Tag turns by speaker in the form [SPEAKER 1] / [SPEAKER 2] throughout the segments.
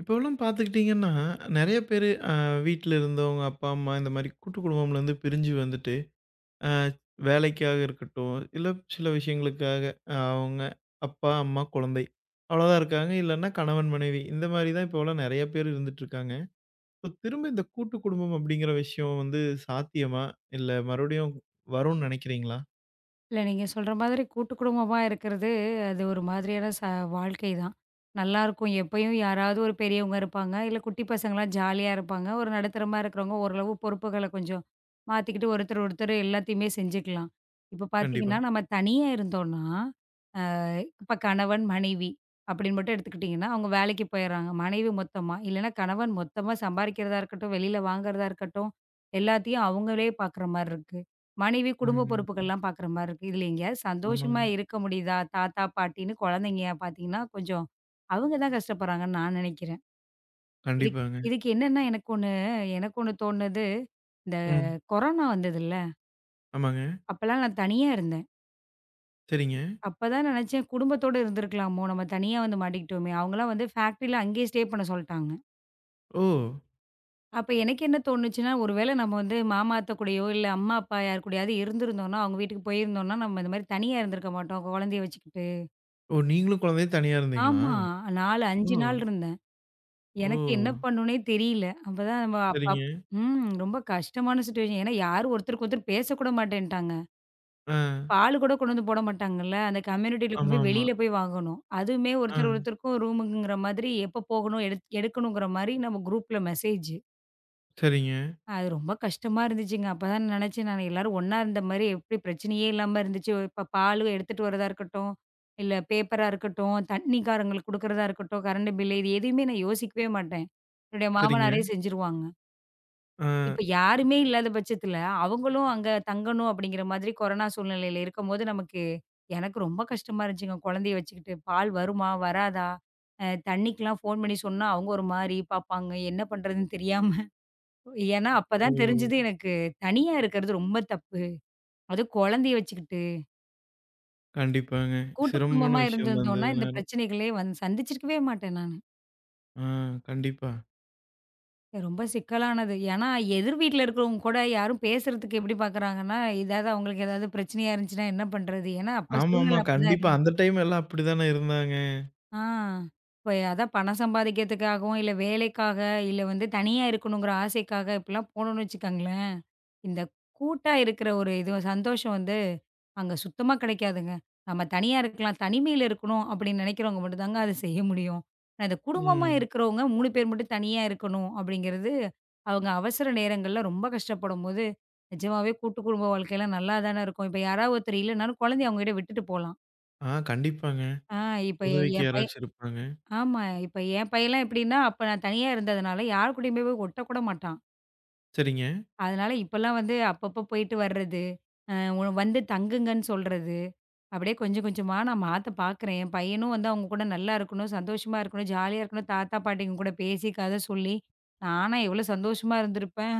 [SPEAKER 1] இப்போலாம் பார்த்துக்கிட்டிங்கன்னா, நெறைய பேரு வீட்ல இருந்தவங்க, அப்பா, அம்மா இந்த மாரி கூட்டு குடும்பம்லேருந்து பிரிஞ்சு வந்துட்டு, அ வேலைக்காக இருக்கட்டும், இல்ல சில விஷயங்களுக்காக அவங்க அப்பா, அம்மா, குழந்தை அவ்வளோதான் இருக்காங்க. இல்லன்னா கணவன், மனைவி இந்த மாரி தான் இப்போலாம் நெறைய பேர் இருந்துட்டுருக்காங்க. இப்போ திரும்ப இந்த கூட்டு குடும்பம் அப்படிங்கிற விஷயம் வந்து சாத்தியமா? இல்ல மறுபடியும் வரும்னு நெனைக்கிறீங்களா?
[SPEAKER 2] இல்ல, நீங்க சொல்ற மாதிரி கூட்டு குடும்பமா இருக்கிறது, அது ஒரு மாதிரியான வாழ்க்கை தான். நல்லாருக்கும். எப்பயும் யாராவது ஒரு பெரியவங்க இருப்பாங்க. இல்ல குட்டி பசங்கலாம் ஜாலியா இருப்பாங்க. ஒரு நடுத்தரமா இருக்கிறவங்க ஓரளவு பொறுப்புகள கொஞ்சம் மாத்திக்கிட்டு ஒருத்தர், ஒருத்தர் எல்லாத்தையுமே செஞ்சுக்கலாம். இப்ப
[SPEAKER 1] கண்டிப்பா.
[SPEAKER 2] பாத்தீங்கன்னா, நம்ம தனியா இருந்தோம்னா, இப்ப கணவன், மனைவி அப்படின்னு மட்டும் எடுத்துக்கிட்டீங்கன்னா, அவங்க வேலைக்கு போயிடுறாங்க. மனைவி மொத்தமா, இல்லன்னா கணவன் மொத்தமா சம்பாரிக்கிறதா இருக்கட்டும், வெளியில வாங்குறதா இருக்கட்டும், எல்லாத்தையும் அவங்களே பார்க்குற மாரி இருக்கு. மனைவி குடும்ப
[SPEAKER 1] ம்.
[SPEAKER 2] பொறுப்புகள்லாம் பார்க்குற மாரி இருக்கு. இதில எங்கேயாவது சந்தோஷமா
[SPEAKER 1] ஆமாங்க.
[SPEAKER 2] இருக்க முடியுதா? தாத்தா, பாட்டின்னு குழந்தைங்க பார்த்தீங்கன்னா, கொஞ்சம் அவங்க தான் கஷ்டப்படுறாங்கன்னு நான் நினைக்கிறேன். இதுக்
[SPEAKER 1] கண்டிப்பாங்க.
[SPEAKER 2] இதுக்கு என்னன்னா, எனக்கு ஒண்ணு தோணுனது, இந்த
[SPEAKER 1] ம்.
[SPEAKER 2] கொரோனா வந்ததுல்ல,
[SPEAKER 1] ஆமாங்க.
[SPEAKER 2] அப்பலாம் நான் தனியா இருந்தேன்.
[SPEAKER 1] சரிங்க.
[SPEAKER 2] அப்பதான் நினைச்சேன், குடும்பத்தோட இருந்திருக்கலாமோ! நம்ம தனியா வந்து மாட்டிக்கிட்டோமே! அவங்கலாம் வந்து ஃபேக்ட்ரில அங்கேயே ஸ்டே பண்ண சொல்ட்டாங்க.
[SPEAKER 1] ஓ!
[SPEAKER 2] அப்ப எனக்கு என்ன தோணுச்சுன்னா, ஒரு வேள நம்ம வந்து மாமா, அத்த கூடயோ, இல்ல அம்மா, அப்பா யார் கூடயாவது இருந்திருந்தோம்ன்னா, அவங்க வீட்டுக்கு போயிருந்தோம்ன்னா, நம்ம இந்த மாரி தனியா இருந்திருக்க மாட்டோம். குழந்தைய வச்சுக்கிட்டு.
[SPEAKER 1] ஓ! நீங்களும் குழந்தையும் தனியா இருந்தீங்களா?
[SPEAKER 2] ஆமா. 4,
[SPEAKER 1] ஓ!
[SPEAKER 2] 5 நாள் இருந்தேன்.
[SPEAKER 1] ஓ!
[SPEAKER 2] எனக்கு என்ன பண்ணணும்னே தெரியல. அப்பதான் நம்ம அப்பா.
[SPEAKER 1] சரிங்க.
[SPEAKER 2] ம். ரொம்ப கஷ்டமான சிச்சுவேஷன். ஏன்னா யாரும் ஒருத்தருக்கு ஒருத்தர் பேசக்கூட மாட்டேன்ட்டாங்க.
[SPEAKER 1] ஆ.
[SPEAKER 2] பால் கூட கொண்டு வந்து போட மாட்டாங்கல்ல. அந்த கம்யூனிட்டில கொண்டு போய்
[SPEAKER 1] ஆமாமா.
[SPEAKER 2] வெளியில போய் வாங்கணும். அதுவுமே
[SPEAKER 1] ஆ.
[SPEAKER 2] ஒருத்தர் ஒருத்தருக்கும் ரூமுக்குங்கிற மாதிரி எப்ப போகணும், எடுக்கணுங்கிற மாரி நம்ம குரூப்ல மெசேஜ்.
[SPEAKER 1] சரிங்க,
[SPEAKER 2] அது ரொம்ப கஷ்டமா இருந்துச்சுங்க. அப்பதான் நினைச்சேன் நானு எல்லாரும் ஒண்ணா இருந்த மாரி எப்படி பிரச்சனையே இல்லாம இருந்துச்சு. இப்ப பால் எடுத்துட்டு வரதா இருக்கட்டும், இல்ல பேப்பரா இருக்கட்டும், தண்ணிக்காரங்களுக்கு குடுக்குறதா இருக்கட்டும், கரண்ட் பில் இது எதுவுமே நான் யோசிக்கவே மாட்டேன். என்னுடைய
[SPEAKER 1] சரிங்க.
[SPEAKER 2] மாமனாரே செஞ்சுருவாங்க.
[SPEAKER 1] ஆ.
[SPEAKER 2] இப்ப யாருமே இல்லாத பட்சத்துல, அவங்களும் அங்க தங்கணும் அப்படிங்கிற மாதிரி கொரோனா சூழ்நிலையில இருக்கும்போது, நமக்கு எனக்கு ரொம்ப கஷ்டமா இருந்துச்சுங்க. குழந்தைய வச்சுக்கிட்டு, பால் வருமா? வராதா? தண்ணிக்கெல்லாம் ஃபோன் பண்ணி சொன்னா, அவங்க ஒரு மாரி பார்ப்பாங்க. என்ன பண்றதுன்னு தெரியாம. ஏன்னா,
[SPEAKER 1] ஓ!
[SPEAKER 2] அப்பதான் தெரிஞ்சது எனக்கு, தனியா இருக்கிறது ரொம்ப தப்பு. அதுவும் குழந்தைய வச்சுக்கிட்டு.
[SPEAKER 1] கண்டிப்பாங்க.
[SPEAKER 2] கூட்டு
[SPEAKER 1] சிரமமான
[SPEAKER 2] குடும்பமா
[SPEAKER 1] விஷயம் தான் அந்த
[SPEAKER 2] இருந்திருந்தோம்னா, இந்த
[SPEAKER 1] நேரம்.
[SPEAKER 2] பிரச்சனைகளே வந்து சந்திச்சிருக்கவே மாட்டேன் நானு.
[SPEAKER 1] ஆ கண்டிப்பா.
[SPEAKER 2] ரொம்ப சிக்கலானது. ஏன்னா, எதிர் வீட்ல இருக்கிறவங்க கூட யாரும் பேசுறதுக்கு எப்படி பார்க்குறாங்கன்னா, ஏதாவது அவங்களுக்கு ஏதாவது பிரச்சனையா இருந்துச்சுன்னா என்ன பண்றது? ஏன்னா, அப்ப
[SPEAKER 1] ஆமாமா.
[SPEAKER 2] சூழ்நிலை அப்படிதான்.
[SPEAKER 1] கண்டிப்பா. அந்த டைம் எல்லாம் அப்படித்தானே இருந்தாங்க.
[SPEAKER 2] ஆ. இப்ப அதான் பணம் சம்பாதிக்கிறதுக்காகவும், இல்ல வேலைக்காக, இல்ல வந்து தனியா இருக்கணுங்கிற ஆசைக்காக இப்படிலாம் போனோம்னு வச்சுக்கோங்களேன், இந்த கூட்டா இருக்கிற ஒரு இது சந்தோஷம் வந்து அங்க சுத்தமா கிடைக்காதுங்க. நம்ம தனியா இருக்கலாம், தனிமையில இருக்கணும் அப்படின்னு நினைக்கிறவங்க மட்டும் தாங்க அத செய்ய முடியும். ஆனா இந்த குடும்பமா
[SPEAKER 1] ம்.
[SPEAKER 2] இருக்கிறவங்க 3 பேர் மட்டும் தனியா இருக்கணும் அப்படிங்கிறது, அவங்க அவசர நேரங்கள்ல ரொம்ப கஷ்டப்படும்போது, நிஜமாவே கூட்டு குடும்ப வாழ்க்கைலாம் நல்லா தானே இருக்கும். இப்ப யாராவது ஒருத்தர் இல்லைனாலும் குழந்தைய அவங்ககிட்ட விட்டுட்டு போலாம்.
[SPEAKER 1] ஆ கண்டிப்பாங்க.
[SPEAKER 2] ஆ இப்ப என்
[SPEAKER 1] உதவிக்கு
[SPEAKER 2] என் பையன்.
[SPEAKER 1] யாராச்சும் இருப்பாங்க.
[SPEAKER 2] ஆமா. இப்ப என் பையன்லாம் எப்படின்னா, அப்ப நான் தனியா இருந்ததுனால, யார் கூடயுமே போய் ஒட்டக்கூட மாட்டான்.
[SPEAKER 1] சரிங்க.
[SPEAKER 2] அதனால இப்பலாம் வந்து அப்பப்போ போயிட்டு வர்றது, அ உ வந்து தங்குங்கன்னு சொல்றது. அப்படியே கொஞ்சம் கொஞ்சமா நான் மாத்த பார்க்குறேன். என் பையனும் வந்து அவங்க கூட நல்லா இருக்கணும், சந்தோஷமா இருக்கணும், ஜாலியா இருக்கணும், தாத்தா பாட்டிங்க கூட பேசி, கதை சொல்லி, நானா எவ்வளோ சந்தோஷமா இருந்திருப்பேன்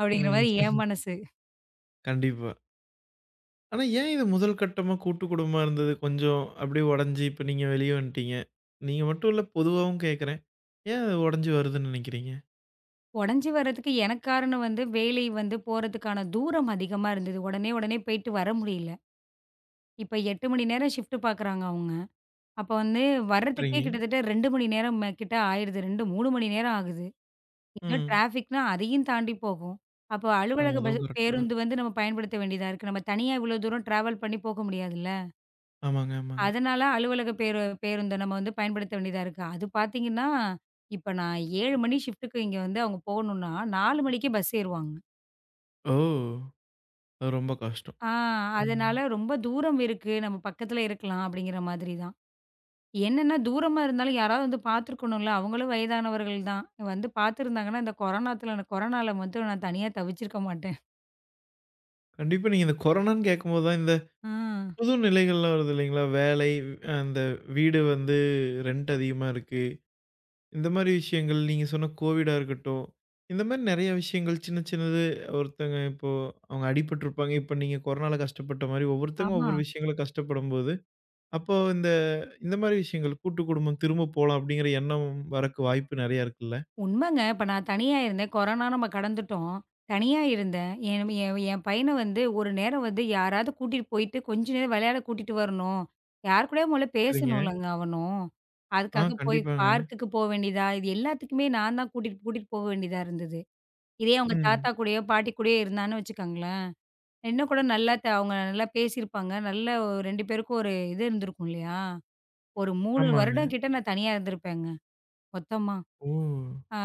[SPEAKER 2] அப்படிங்கிற
[SPEAKER 1] ம்.
[SPEAKER 2] மாரி என் மனசு.
[SPEAKER 1] கண்டிப்பா. ஆனா ஏன் இது முதல் கட்டமா கூட்டு குடும்பமா இருந்தது கொஞ்சம் அப்படியே உடைஞ்சு இப்ப நீங்க வெளிய வந்துட்டீங்க. நீங்க மட்டும் இல்ல பொதுவாவும் கேட்கிறேன். ஏன் அது உடைஞ்சு வருதுன்னு நினைக்கிறீங்க?
[SPEAKER 2] உடஞ்சு வர்றதுக்கு எனக்கு காரணம் வந்து வேலை வந்து போறதுக்கான தூரம் அதிகமா இருந்தது. உடனே உடனே போயிட்டு வர முடியல. இப்ப 8 மணி நேரம் ஷிஃப்ட் பார்க்குறாங்க அவங்க. அப்ப வந்து வர்றதுக்கே
[SPEAKER 1] சரிங்க.
[SPEAKER 2] கிட்டத்தட்ட 2 மணி நேரம் கிட்ட ஆயிடுது. 2, 3 மணி நேரம் ஆகுது. இன்னும்
[SPEAKER 1] ம்.
[SPEAKER 2] டிராஃபிக்னா அதையும் தாண்டி போகும். அப்போ
[SPEAKER 1] ஆ
[SPEAKER 2] அலுவலக பஸ்
[SPEAKER 1] அதுவும் கரெக்ட்டு தான்.
[SPEAKER 2] பேருந்து வந்து நம்ம பயன்படுத்த வேண்டியதா இருக்கு. நம்ம தனியா இவ்வளோ தூரம் டிராவல் பண்ணி போக முடியாதுல்ல.
[SPEAKER 1] ஆமாங்க, ஆமாங்க.
[SPEAKER 2] அதனால அலுவலக பேருந்த நம்ம வந்து பயன்படுத்த வேண்டியதா இருக்கு. அது பார்த்தீங்கன்னா, இப்ப நான் 7 மணி ஷிஃப்ட்டுக்கு இங்க வந்து அவங்க போகணும்னா, 4 மணிக்கே பஸ் ஏறுவாங்க.
[SPEAKER 1] ஓ! அது ரொம்ப கஷ்டம்.
[SPEAKER 2] ஆ
[SPEAKER 1] ம்.
[SPEAKER 2] அதனால ரொம்ப தூரம் இருக்கு. நம்ம பக்கத்துல இருக்கலாம் அப்படிங்கிற மாதிரி தான். என்னன்னா, தூரமா இருந்தாலும் யாராவது வந்து பார்த்துருக்கணும்ல. அவங்களும் வயதானவர்கள் தான். வந்து பார்த்துருந்தாங்கன்னா, இந்த கொரோனாத்துல எனக்கு கொரோனால மட்டும் நான் தனியா தவிச்சிருக்க மாட்டேன்.
[SPEAKER 1] கண்டிப்பா நீங்க இந்த கொரோனான்னு கேட்கும்போது தான் இந்த
[SPEAKER 2] ஆ.
[SPEAKER 1] புது நிலைகள்லாம் வருது இல்லைங்களா? வேலை அந்த வீடு வந்து ரெண்ட் அதிகமா இருக்கு. இந்த மாரி விஷயங்கள் நீங்க சொன்ன கோவிடா இருக்கட்டும். இந்த மாரி நெறைய விஷயங்கள் சின்ன சின்னது ஒருத்தங்க இப்போ அவங்க அடிபட்டுருப்பாங்க. இப்ப நீங்க கொரோனால கஷ்டப்பட்ட மாரி ஒவ்வொருத்தங்க
[SPEAKER 2] ஆமா.
[SPEAKER 1] ஒவ்வொரு விஷயங்கள கஷ்டப்படும்போது, அப்போ இந்த இந்த மாரி விஷயங்கள் கூட்டு குடும்பம் திரும்ப போலாம் அப்படிங்கிற எண்ணம் வரக்கு வாய்ப்பு நெறைய இருக்குல்ல?
[SPEAKER 2] உண்மங்க. இப்ப நான் தனியா இருந்தேன். கொரோனா நம்ம கடந்துட்டோம். தனியா இருந்தேன். என் என் என் பையன வந்து ஒரு நேரம் வந்து யாராவது கூட்டிட்டு போயிட்டு கொஞ்ச நேரம் விளையாட கூட்டிட்டு வரணும். யார் கூடயும் முதல்ல
[SPEAKER 1] சரிங்க.
[SPEAKER 2] பேசணும்லங்க அவனும்.
[SPEAKER 1] ஆ
[SPEAKER 2] அதுக்காக போய்
[SPEAKER 1] கண்டிப்பாங்க.
[SPEAKER 2] பார்க்குக்கு போ வேண்டியதா, இது எல்லாத்துக்குமே நான் தான் கூட்டிட்டு கூட்டிட்டு போக வேண்டியதா இருந்தது. இதே அவங்க தாத்தா
[SPEAKER 1] ம்.
[SPEAKER 2] கூடயோ, பாட்டி கூடயோ இருந்தான்னு வச்சுக்கோங்களேன், இன்னும் கூட நல்லா அவங்க நல்லா பேசியிருப்பாங்க. நல்ல 2 பேருக்கும் ஒரு இது இருந்திருக்கும் இல்லையா? ஒரு 3
[SPEAKER 1] ஆமாங்க.
[SPEAKER 2] வருடம் கிட்ட நான் தனியா இருந்திருப்பேங்க, மொத்தமா.
[SPEAKER 1] ஓ!
[SPEAKER 2] ஆ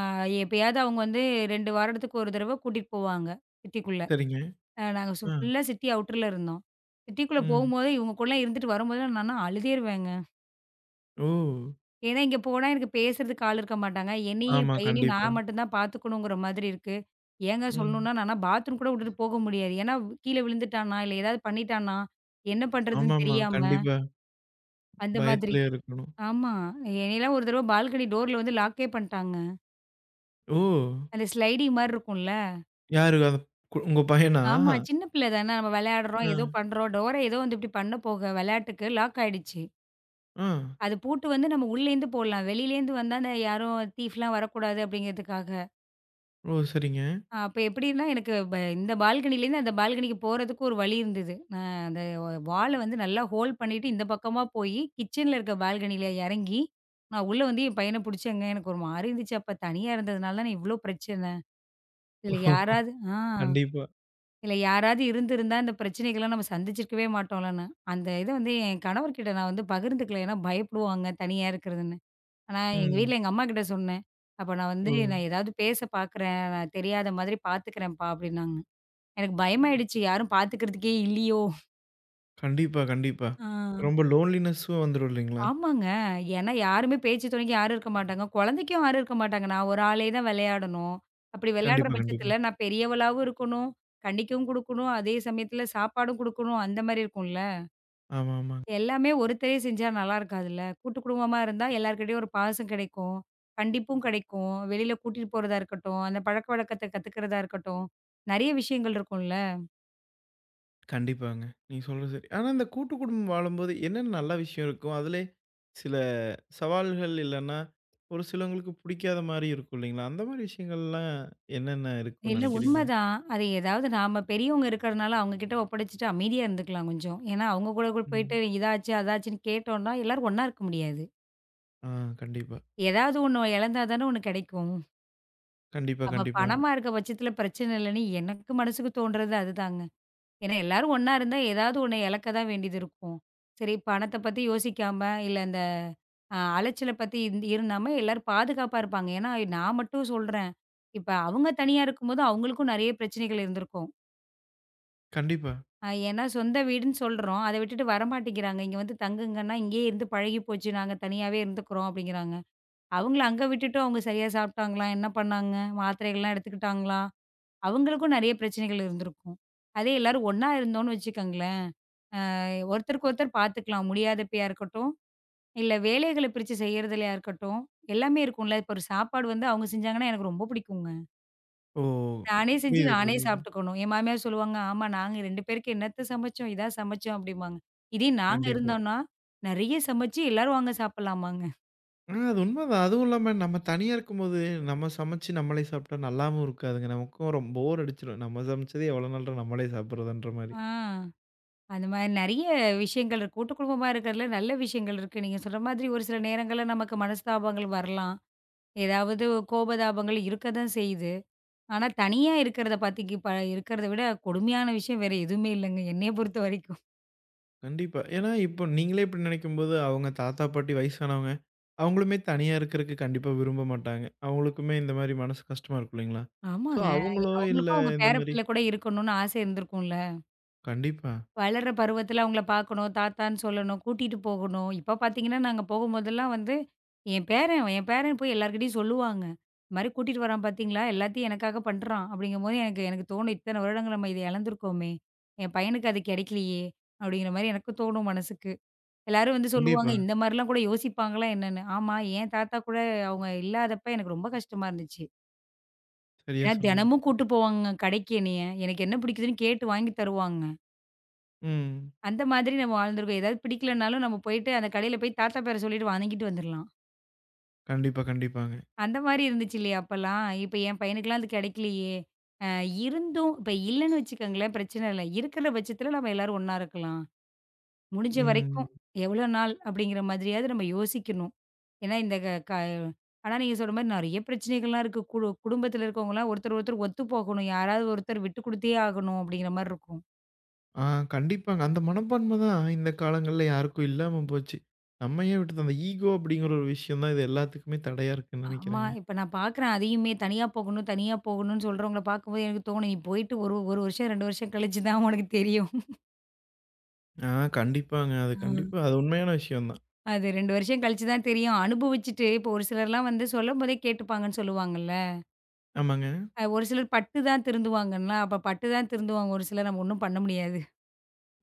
[SPEAKER 2] எப்பயாவது அவங்க வந்து 2 வாரத்துக்கு ஒரு தடவ கூட்டிட்டு போவாங்க, சிட்டிக்குள்ள.
[SPEAKER 1] சரிங்க.
[SPEAKER 2] நாங்க
[SPEAKER 1] ஆ,
[SPEAKER 2] ஃபுல்லா சிட்டி அவுட்டர்ல இருந்தோம். சிட்டிக்குள்ள
[SPEAKER 1] ம்.
[SPEAKER 2] போகும்போது இவங்க கூடலாம் இருந்துட்டு வரும்போதெல்லாம் நான்லாம் அழுதேருவேங்க.
[SPEAKER 1] ஓ!
[SPEAKER 2] ஏன்னா இங்க போனா எனக்கு பேசுறதுக்கு ஆள் இருக்க மாட்டாங்க. என்னையும் என்
[SPEAKER 1] ஆமா,
[SPEAKER 2] பையனையும்
[SPEAKER 1] கண்டிப்பா.
[SPEAKER 2] நான் மட்டும் தான் பார்த்துக்கணுங்கிற மாதிரி இருக்கு. ஏங்க
[SPEAKER 1] ம்.
[SPEAKER 2] சொல்லணும்னா நான்லாம் பாத்ரூம் கூட விட்டுட்டு போக முடியாது. ஏன்னா கீழ விழுந்துட்டானா, இல்ல ஏதாவது பண்ணிட்டானா, என்ன பண்றதுன்னு
[SPEAKER 1] ஆமாமா,
[SPEAKER 2] தெரியாம
[SPEAKER 1] கண்டிப்பா.
[SPEAKER 2] அந்த மாதிரி.
[SPEAKER 1] பயத்திலயே இருக்கணும்.
[SPEAKER 2] ஆமா. என்னையெல்லாம் ஒரு தடவ பால்கனி டோர்ல வந்து லாக்கே பண்ட்டாங்க.
[SPEAKER 1] ஓ!
[SPEAKER 2] அந்த ஸ்லைடிங் மாரி இருக்கும்ல.
[SPEAKER 1] யாரு அத உங்க பையனா?
[SPEAKER 2] ஆமா. சின்ன பிள்ளை தானே, நம்ம விளையாடுறோம்,
[SPEAKER 1] ஆ,
[SPEAKER 2] ஏதோ பண்றோம். டோர ஏதோ வந்து இப்படி பண்ண போக விளையாட்டுக்கு லாக் ஆயிடுச்சு.
[SPEAKER 1] ஆ.
[SPEAKER 2] அது பூட்டு வந்து நம்ம உள்ளேருந்து போடலாம். வெளியிலேருந்து வந்தா அந்த யாரும் தீஃப்லாம் வரக்கூடாது அப்படிங்கிறதுக்காக.
[SPEAKER 1] ஓ! சரிங்க.
[SPEAKER 2] அப்ப எப்படின்னா, எனக்கு இந்த பால்கனிலேருந்து அந்த பால்கனிக்கு போறதுக்கு ஒரு வழி இருந்தது. நான் அந்த வால வந்து நல்லா ஹோல்ட் பண்ணிட்டு, இந்த பக்கமா போயி, கிச்சன்ல இருக்க பால்கனில எறங்கி, நான் உள்ள வந்து என் பையன புடிச்சேங்க. எனக்கு ஒரு மாரி இருந்துச்சு. அப்ப தனியா இருந்ததுனால தானே இவ்ளோ பிரச்சனை. இதுல யாராவது ஆ
[SPEAKER 1] கண்டிப்பா.
[SPEAKER 2] இதுல யாராவது இருந்திருந்தா, இந்த பிரச்சனைகள்லாம் நம்ம சந்திச்சிருக்கவே மாட்டோம்லன்னு. அந்த இத வந்து என் கணவர்கிட்ட நான் வந்து பகிர்ந்துக்கல. ஏன்னா பயப்படுவாங்க தனியா இருக்கிறதுன்னு. ஆனா எங்க
[SPEAKER 1] ம்.
[SPEAKER 2] வீட்ல எங்க அம்மாகிட்ட சொன்னேன். அப்ப நான் வந்து,
[SPEAKER 1] ஓ!
[SPEAKER 2] "நான் ஏதாவது பேச பாக்குறேன். நான் தெரியாத மாதிரி பாத்துக்கிறேன்ப்பா" அப்படின்னாங்க. எனக்கு பயமாயிடுச்சு. யாரும் பாத்துக்கிறதுக்கே இல்லையோ!
[SPEAKER 1] கண்டிப்பா, கண்டிப்பா.
[SPEAKER 2] ஆ.
[SPEAKER 1] ரொம்ப லோன்லினெஸ்ஸும் வந்துரும் இல்லைங்களா?
[SPEAKER 2] ஆமாங்க. ஏன்னா யாருமே பேச்சு துணைக்கு யாரும் இருக்க மாட்டாங்க. குழந்தைக்கும் யாரும் இருக்க மாட்டாங்க. நான் ஒரு ஆளே தான் விளையாடணும். அப்படி விளையாடுற
[SPEAKER 1] கண்டிப்பா, கண்டிப்பா.
[SPEAKER 2] பட்சத்தில நான் பெரியவளாவும் இருக்கணும். கண்டிக்கவும் குடுக்கணும். அதே சமயத்தில சாப்பாடும் குடுக்கணும். அந்த மாரி இருக்கும்ல.
[SPEAKER 1] ஆமா, ஆமா.
[SPEAKER 2] எல்லாமே ஒருத்தரே செஞ்சா நல்லா இருக்காதுல்ல. கூட்டு குடும்பமா இருந்தா எல்லார்கிட்டயும் ஒரு பாசம் கிடைக்கும். கண்டிப்பும் கிடைக்கும். வெளியில கூட்டிட்டு போறதா இருக்கட்டும், அந்த பழக்கவழக்கத்த கத்துக்கிறதா இருக்கட்டும், நெறைய விஷயங்கள் இருக்கும்ல.
[SPEAKER 1] கண்டிப்பாங்க. நீங்க சொல்றது சரி. ஆனா, இந்த கூட்டு குடும்பம் வாழும்போது என்னென்ன நல்ல விஷயம் இருக்கும்? அதிலே சில சவால்கள் இல்லன்னா, ஒரு சிலவங்களுக்கு பிடிக்காத மாரி இருக்கும் இல்லைங்களா? அந்த மாரி விஷயங்கள்லாம் என்னென்ன இருக்கும்னு
[SPEAKER 2] இல்ல
[SPEAKER 1] நெனைக்கிறீங்க?
[SPEAKER 2] உண்மதான். அது ஏதாவது நாம பெரியவங்க இருக்கிறனால அவங்க கிட்ட ஒப்படைச்சுட்டு அமைதியா இருந்துக்கலாம் கொஞ்சம். ஏன்னா, அவங்க கூட கூட போயிட்டு
[SPEAKER 1] ம்.
[SPEAKER 2] இதாச்சு, அதாச்சுன்னு கேட்டோம்னா, எல்லாரும் ஒண்ணா இருக்க முடியாது.
[SPEAKER 1] ஆ கண்டிப்பா.
[SPEAKER 2] ஏதாவது ஒண்ணு இழந்தா தானே ஒண்ணு கிடைக்கும்.
[SPEAKER 1] கண்டிப்பா,
[SPEAKER 2] அப்ப
[SPEAKER 1] கண்டிப்பாங்க.
[SPEAKER 2] பணமா இருக்க பட்சத்துல பிரச்சனை இல்லன்னு எனக்கு மனசுக்கு தோன்றது அதுதாங்க. ஏன்னா, எல்லாரும் ஒண்ணா இருந்தா ஏதாவது ஒண்ண இழக்க தான் வேண்டியது இருக்கும். சரி, பணத்த பத்தி யோசிக்காம, இல்ல இந்த அலைச்சல பத்தி இருந்தாம எல்லாரும் பாதுகாப்பா இருப்பாங்க. ஏன்னா, நான் மட்டும் சொல்றேன். இப்ப அவங்க தனியா இருக்கும்போது அவங்களுக்கும் நெறைய பிரச்சனைகள் இருந்திருக்கும்.
[SPEAKER 1] கண்டிப்பா.
[SPEAKER 2] ஏன்னா சொந்த வீடுன்னு சொல்றோம். அத விட்டுட்டு வரமாட்டேங்கிறாங்க. இங்க வந்து தங்குங்கன்னா, இங்கேயே இருந்து பழகி போச்சு. நாங்க தனியாவே இருந்துக்கிறோம் அப்டிங்கிறாங்க. அவங்கள அங்க விட்டுட்டு அவங்க சரியா சாப்ட்டாங்களா? என்ன பண்ணாங்க? மாத்திரைகள்லாம் எடுத்துக்கிட்டாங்களா? அவங்களுக்கும் நெறைய பிரச்சனைகள் இருந்திருக்கும். அதே எல்லாரும் ஒண்ணா இருந்தோம்னு வச்சுக்கோங்களேன், ஒருத்தருக்கு ஒருத்தர் பார்த்துக்கலாம். முடியாதப்பயா இருக்கட்டும், இல்ல வேலைகள பிரிச்சு செய்யறதுலயா இருக்கட்டும், எல்லாமே இருக்கும்ல. இப்போ ஒரு சாப்பாடு வந்து அவங்க செஞ்சாங்கன்னா எனக்கு ரொம்ப பிடிக்குங்க.
[SPEAKER 1] ஓ!
[SPEAKER 2] நானே செஞ்சு
[SPEAKER 1] புரியுது,
[SPEAKER 2] நானே
[SPEAKER 1] புரியுது.
[SPEAKER 2] சாப்பிட்டுக்கணும். என் மாமியார் சொல்லுவாங்க, "ஆமா, நாங்க 2 பேருக்கு என்னத்த சமைச்சோம், இதா சமைச்சோம்" அப்படிம்பாங்க. இதே நாங்க
[SPEAKER 1] கண்டிப்பா.
[SPEAKER 2] இருந்தோம்னா, நெறைய சமைச்சு எல்லாரும் வாங்க சாப்பிடலாமாங்க.
[SPEAKER 1] ஆ அது உண்மதான். அதுவும் இல்லாம நம்ம தனியா இருக்கும்போது, நம்ம சமைச்சு நம்மளே சாப்பிட்டா நல்லாவும் இருக்காதுங்க. நமக்கும் ரொம் போர் அடிச்சுரும். நம்ம சமைச்சது எவ்வளோ நாள்டா நம்மளே சாப்பிடுறதுன்ற மாரி.
[SPEAKER 2] ஆ அந்த மாரி நெறைய விஷயங்கள் இருக்கு. கூட்டு குடும்பமா இருக்கிறதுல நல்ல விஷயங்கள் இருக்கு. நீங்க சொல்ற மாதிரி ஒரு சில நேரங்கள்ல நமக்கு மனஸ்தாபங்கள் வரலாம். ஏதாவது கோபதாபங்கள் இருக்க தான் செய்யுது. ஆனா தனியா இருக்கிறத பாத்தீங்க, இருக்கிறத விட கொடுமையான விஷயம் வேற எதுவுமே இல்லங்க, என்னைய பொறுத்த வரைக்கும்.
[SPEAKER 1] கண்டிப்பா. ஏன்னா, இப்போ நீங்களே இப்படி நினைக்கும்போது, அவங்க தாத்தா, பாட்டி வயசானவங்க, அவங்களுமே தனியா இருக்கிறக்கு கண்டிப்பா விரும்ப மாட்டாங்க. அவங்களுக்குமே இந்த மாரி மனசு கஷ்டமா இருக்கும் இல்லைங்களா? ஸோ,
[SPEAKER 2] ஆமாங்க.
[SPEAKER 1] அவங்களோ இல்ல
[SPEAKER 2] அவங்களுக்கும் அவங்க
[SPEAKER 1] இந்த
[SPEAKER 2] பேர
[SPEAKER 1] மாரி
[SPEAKER 2] பிள்ளை கூட இருக்கணும்னு ஆசை இருந்திருக்கும்ல.
[SPEAKER 1] கண்டிப்பா,
[SPEAKER 2] வளர்ற பருவத்தில அவங்கள பார்க்கணும், தாத்தான்னு சொல்லணும், கூட்டிட்டு போகணும். இப்ப பார்த்தீங்கன்னா, நாங்க போகும்போதெல்லாம் வந்து, என் பேரன் போய் எல்லார்கிட்டயும் சொல்லுவாங்க. "இந்த மாரி கூட்டிட்டு வரான் பார்த்தீங்களா? எல்லாத்தையும் எனக்காக பண்றான்." அப்படிங்கும்போது எனக்கு எனக்கு தோணும், "இத்தன வருடங்கள் நம்ம இத இழந்திருக்கோமே! என் பையனுக்கு அது கிடைக்கலையே!" அப்படிங்கிற மாரி எனக்கு தோணும் மனசுக்கு. எல்லாரும் வந்து சொல்லுவாங்க,
[SPEAKER 1] கண்டிப்பா.
[SPEAKER 2] "இந்த மாரிலாம் கூட யோசிப்பாங்களா என்னன்னு?" ஆமா, என் தாத்தா கூட அவங்க இல்லாதப்ப எனக்கு ரொம்ப கஷ்டமா இருந்துச்சு.
[SPEAKER 1] சரியா
[SPEAKER 2] ஏன்னா
[SPEAKER 1] சொன்னீங்க.
[SPEAKER 2] தினமும் கூட்டு போவாங்க கடைக்கு என்னைய. எனக்கு என்ன பிடிக்குதுன்னு கேட்டு வாங்கி தருவாங்க.
[SPEAKER 1] ம்.
[SPEAKER 2] அந்த மாதிரி நம்ம வாழ்ந்துருக்கோம். ஏதாவது பிடிக்கலனாலும் நம்ம போயிட்டு அந்த கடையில போய் தாத்தா பேர சொல்லிட்டு வாங்கிட்டு வந்துரலாம்.
[SPEAKER 1] கண்டிப்பா, கண்டிப்பாங்க.
[SPEAKER 2] அந்த மாரி இருந்துச்சு இல்லையா அப்பலாம்? இப்ப என் பையனுக்குலாம் அது கிடைக்கலையே! அ இருந்தும் இப்ப இல்லன்னு வச்சுக்கோங்களேன் பிரச்சனை இல்ல. இருக்கிற பட்சத்துல நம்ம எல்லாரும் ஒண்ணா இருக்கலாம். முடிஞ்ச வரைக்கும்
[SPEAKER 1] ம்.
[SPEAKER 2] எவ்வளோ நாள் அப்படிங்கிற மாதிரியாவது நம்ம யோசிக்கணும். ஏன்னா இந்த க க ஆனா நீங்க சொல்ற மாரி நெறைய பிரச்சனைகள்லாம் இருக்கு. குடும்பத்தில இருக்கவங்கலாம் ஒருத்தர் ஒருத்தர் ஒத்து போகணும். யாராவது ஒருத்தர் விட்டு குடுத்தே ஆகணும் அப்படிங்கிற மாரி இருக்கும்.
[SPEAKER 1] ஆ கண்டிப்பாங்க. அந்த மனப்பான்மை தான் இந்த காலங்கள்ல யாருக்கும் இல்லாம போச்சு. நம்ம ஏன் விட்டது அந்த ஈகோ அப்படிங்கிற ஒரு விஷயம் தான் இது எல்லாத்துக்குமே தடையா இருக்குன்னு
[SPEAKER 2] ஆமா.
[SPEAKER 1] நினைக்கிறேங்க.
[SPEAKER 2] இப்ப நான் பார்க்குறேன் அதையுமே, தனியா போகணும், தனியா போகணும்னு சொல்றவங்கள பார்க்கும்போது எனக்கு தோணும், நீ போயிட்டு ஒரு 1 வருஷம், 2 வருஷம் கழிச்சு தான் உனக்கு தெரியும்.
[SPEAKER 1] ஆ கண்டிப்பாங்க. அது கண்டிப்பா
[SPEAKER 2] ஆ.
[SPEAKER 1] அது உண்மையான விஷயம் தான்.
[SPEAKER 2] அது 2 வருஷம் கழிச்சு தான் தெரியும். அனுபவிச்சுட்டு இப்போ ஒரு சிலர்லாம் வந்து சொல்லும்போதே கேட்டுப்பாங்கன்னு சொல்லுவாங்கல்ல.
[SPEAKER 1] ஆமாங்க.
[SPEAKER 2] ஒரு சிலர் பட்டு தான் திருந்துவாங்கன்னா, அப்ப பட்டு தான் திருந்துவாங்க. ஒரு சிலர் நம்ம ஒண்ணும் பண்ண முடியாது.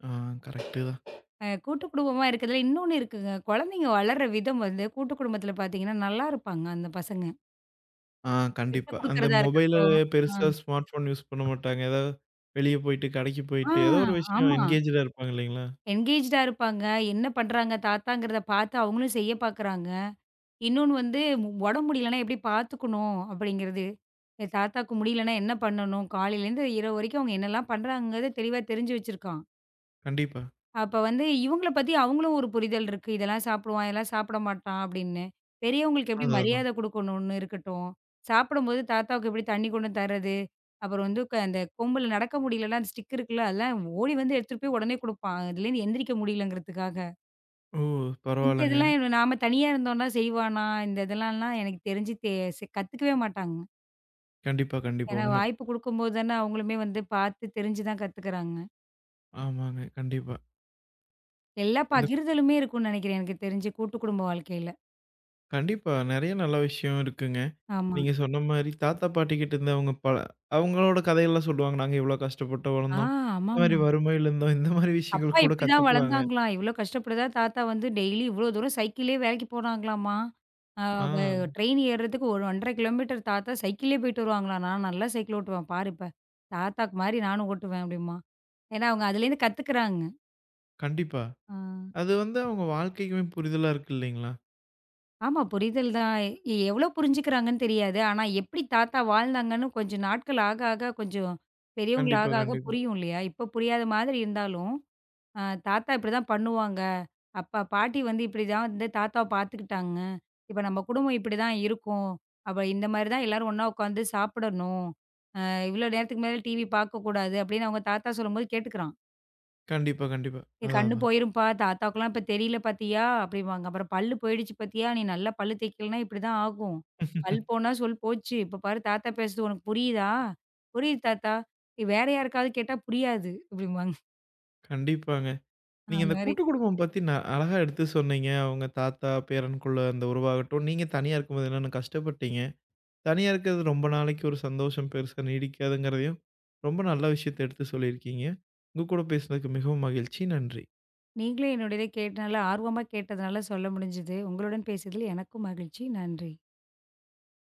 [SPEAKER 1] ஆ கரெக்ட்டு தான்.
[SPEAKER 2] கூட்டு குடும்பமா இருக்கிறதுல இன்னொன்னு இருக்குங்க. குழந்தைங்க வளர்ற விதம் வந்து கூட்டு குடும்பத்தில பார்த்தீங்கன்னா, நல்லா இருப்பாங்க அந்த பசங்க.
[SPEAKER 1] ஆ
[SPEAKER 2] விட்டு
[SPEAKER 1] கண்டிப்பா. அந்த
[SPEAKER 2] குடுக்குறதா
[SPEAKER 1] மொபைல
[SPEAKER 2] இருக்கட்டும். ஆ.
[SPEAKER 1] பெருசா ஸ்மார்ட் ஃபோன் யூஸ் பண்ண மாட்டாங்க. ஏதாவது வெளிய போயிட்டு, கடைக்கு
[SPEAKER 2] ஆ,
[SPEAKER 1] போயிட்டு, ஏதோ ஒரு விஷயம்
[SPEAKER 2] ஆமா.
[SPEAKER 1] என்கேஜ்டா இருப்பாங்க இல்லைங்களா?
[SPEAKER 2] என்கேஜ்டா இருப்பாங்க. என்ன பண்றாங்க தாத்தாங்கிறத பார்த்து அவங்களும் செய்ய பார்க்குறாங்க. இன்னொன்னு வந்து உடம்பு முடியலன்னா எப்படி பார்த்துக்கணும் அப்படிங்கிறது. என் தாத்தாக்கு முடியலன்னா என்ன பண்ணணும்? காலையிலேருந்து இரவு வரைக்கும் அவங்க என்னலாம் பண்றாங்கங்கிறத தெளிவா தெரிஞ்சு வச்சிருக்கான்.
[SPEAKER 1] கண்டிப்பா.
[SPEAKER 2] அப்ப வந்து இவங்கள பத்தி அவங்களும் ஒரு புரிதல் இருக்கு. இதெல்லாம் சாப்பிடுவான், இதெல்லாம் சாப்பிட மாட்டான் அப்படின்னு. பெரியவங்களுக்கு எப்படி
[SPEAKER 1] அதான், அதான்.
[SPEAKER 2] மரியாதை குடுக்கணும்னு இருக்கட்டும். சாப்பிடும்போது தாத்தாவுக்கு எப்படி தண்ணி கொண்டு தர்றது. அப்புறம் வந்து அந்த கொம்புல நடக்க முடியலன்னா அந்த ஸ்டிக் இருக்குல்ல, அதெல்லாம் ஓடி வந்து எடுத்துட்டு போய் உடனே குடுப்பான். அதுலேருந்து எந்திரிக்க முடியலங்கிறதுக்காக.
[SPEAKER 1] ஓ!
[SPEAKER 2] இந்த
[SPEAKER 1] பரவால்லங்க.
[SPEAKER 2] இதெல்லாம் இவ நாம தனியா இருந்தோம்னா செய்வானா? இந்த இதெல்லாம்லாம் எனக்கு தெரிஞ்சு தெ செ கத்துக்கவே மாட்டாங்க.
[SPEAKER 1] கண்டிப்பா, கண்டிப்பா.
[SPEAKER 2] ஏன்னா
[SPEAKER 1] உண்ம.
[SPEAKER 2] வாய்ப்பு குடுக்கும்போது தானே அவங்களுமே வந்து பார்த்து தெரிஞ்சு தான் கத்துக்கிறாங்க.
[SPEAKER 1] ஆமாங்க. கண்டிப்பா.
[SPEAKER 2] எல்லா
[SPEAKER 1] இந்த
[SPEAKER 2] பகிர்தலுமே இருக்கும்னு நெனைக்கிறேன் எனக்கு தெரிஞ்சு கூட்டு குடும்ப வாழ்க்கையில.
[SPEAKER 1] கண்டிப்பா. நெறைய நல்ல விஷயம் இருக்குங்க.
[SPEAKER 2] ஆமா.
[SPEAKER 1] நீங்க சொன்ன மாரி தாத்தா, பாட்டி கிட்ட இருந்து அவங்க அவங்களோட கதையெல்லாம் சொல்லுவாங்க. நாங்க இவ்ளோ கஷ்டப்பட்டு
[SPEAKER 2] ஆ
[SPEAKER 1] வளர்ந்தோம். இந்த மாரி
[SPEAKER 2] ஆமாமா.
[SPEAKER 1] வறுமையில இருந்தோம். இந்த மாரி
[SPEAKER 2] அப்பா
[SPEAKER 1] விஷயங்கள் கூட
[SPEAKER 2] இப்படிதான்
[SPEAKER 1] கத்துப்பாங்க.
[SPEAKER 2] வளர்ந்தாங்களாம். இவ்ளோ கஷ்டப்பட்டுதா தாத்தா வந்து டெய்லி இவ்ளோ தூரம் சைக்கிள்லேயே வேலைக்கு போனாங்களாமா. அ
[SPEAKER 1] ஆ,
[SPEAKER 2] வ ட்ரெயின் ஏறுறதுக்கு ஒரு 1 1/2 கிலோமீட்டர் தாத்தா சைக்கிள்லேயே போயிட்டு வருவாங்களாம். நான் நல்லா சைக்கிள் ஓட்டுவேன் பாரு இப்ப. தாத்தாக்கு மாரி நானும் ஓட்டுவேன் அப்படிம்பான். ஏன்னா அவங்க அதுலேருந்து கத்துக்கிறாங்க.
[SPEAKER 1] கண்டிப்பா.
[SPEAKER 2] ஆ.
[SPEAKER 1] அது வந்து அவங்க வாழ்க்கைக்குமே புரிதலா இருக்கு இல்லைங்களா?
[SPEAKER 2] ஆமா. புரிதல் தான். எவ்ளோ புரிஞ்சுக்கிறாங்கன்னு தெரியாது. ஆனா எப்படி தாத்தா வாழ்ந்தாங்கன்னு கொஞ்சம் நாட்கள் ஆக, ஆக கொஞ்சம் பெரியவங்கள
[SPEAKER 1] கண்டிப்பா,
[SPEAKER 2] ஆக, ஆக
[SPEAKER 1] கண்டிப்பா.
[SPEAKER 2] புரியும் இல்லையா? இப்ப புரியாத மாதிரி இருந்தாலும், அ தாத்தா இப்படிதான் பண்ணுவாங்க. அப்ப பாட்டி வந்து இப்படிதான் வந்து தாத்தாவ பார்த்துக்கிட்டாங்க. இப்ப நம்ம குடும்பம் இப்படிதான் இருக்கும். அப்ப இந்த மாரி தான் எல்லாரும் ஒண்ணா உட்காந்து சாப்பிடணும். இவ்ளோ நேரத்துக்கு மேல டிவி பார்க்கக்கூடாது அப்படின்னு அவங்க தாத்தா சொல்லும்போது கேட்டுக்கிறான்.
[SPEAKER 1] கண்டிப்பா, கண்டிப்பா.
[SPEAKER 2] "என்
[SPEAKER 1] அதான்,
[SPEAKER 2] கண்ணு
[SPEAKER 1] அதான்.
[SPEAKER 2] போயிரும்ப்பா, தாத்தாவுக்குலாம் இப்ப தெரியல பாத்தியா?" அப்படிம்பாங்க. அப்புறம் "பல்லு போயிடுச்சு பாத்தியா? நீ நல்லா பல்லு தேய்க்கலன்னா இப்படிதான் ஆகும். பல் போனா சொல் போச்சு. இப்ப பாரு தாத்தா பேசுறது உனக்கு புரியுதா?" "புரியுது தாத்தா." "நீ வேற யாருக்காவது கேட்டா புரியாது அப்படிம்பாங்க.
[SPEAKER 1] கண்டிப்பாங்க. நீங்க
[SPEAKER 2] அந்த
[SPEAKER 1] இந்த
[SPEAKER 2] மாரி.
[SPEAKER 1] கூட்டு குடும்பம் பத்தி அழகா எடுத்து சொன்னீங்க. அவங்க தாத்தா, பேரனுக்குள்ள அந்த உறவாகட்டும், நீங்க தனியா இருக்கும்போது என்னென்ன கஷ்டப்பட்டீங்க. தனியா இருக்கிறது ரொம்ப நாளைக்கு ஒரு சந்தோஷம் பெருசா நீடிக்காதுங்கிறதையும், ரொம்ப நல்ல விஷயத்த எடுத்து சொல்லியிருக்கீங்க. உங்க கூட பேசுனதுக்கு மிகவும் மகிழ்ச்சி. நன்றி.
[SPEAKER 2] நீங்களும் என்னுடையதை கேட்டு நல்லா ஆர்வமா கேட்டதுனால சொல்ல முடிஞ்சது. உங்களுடன் பேசியதில் எனக்கும் மகிழ்ச்சி. நன்றி.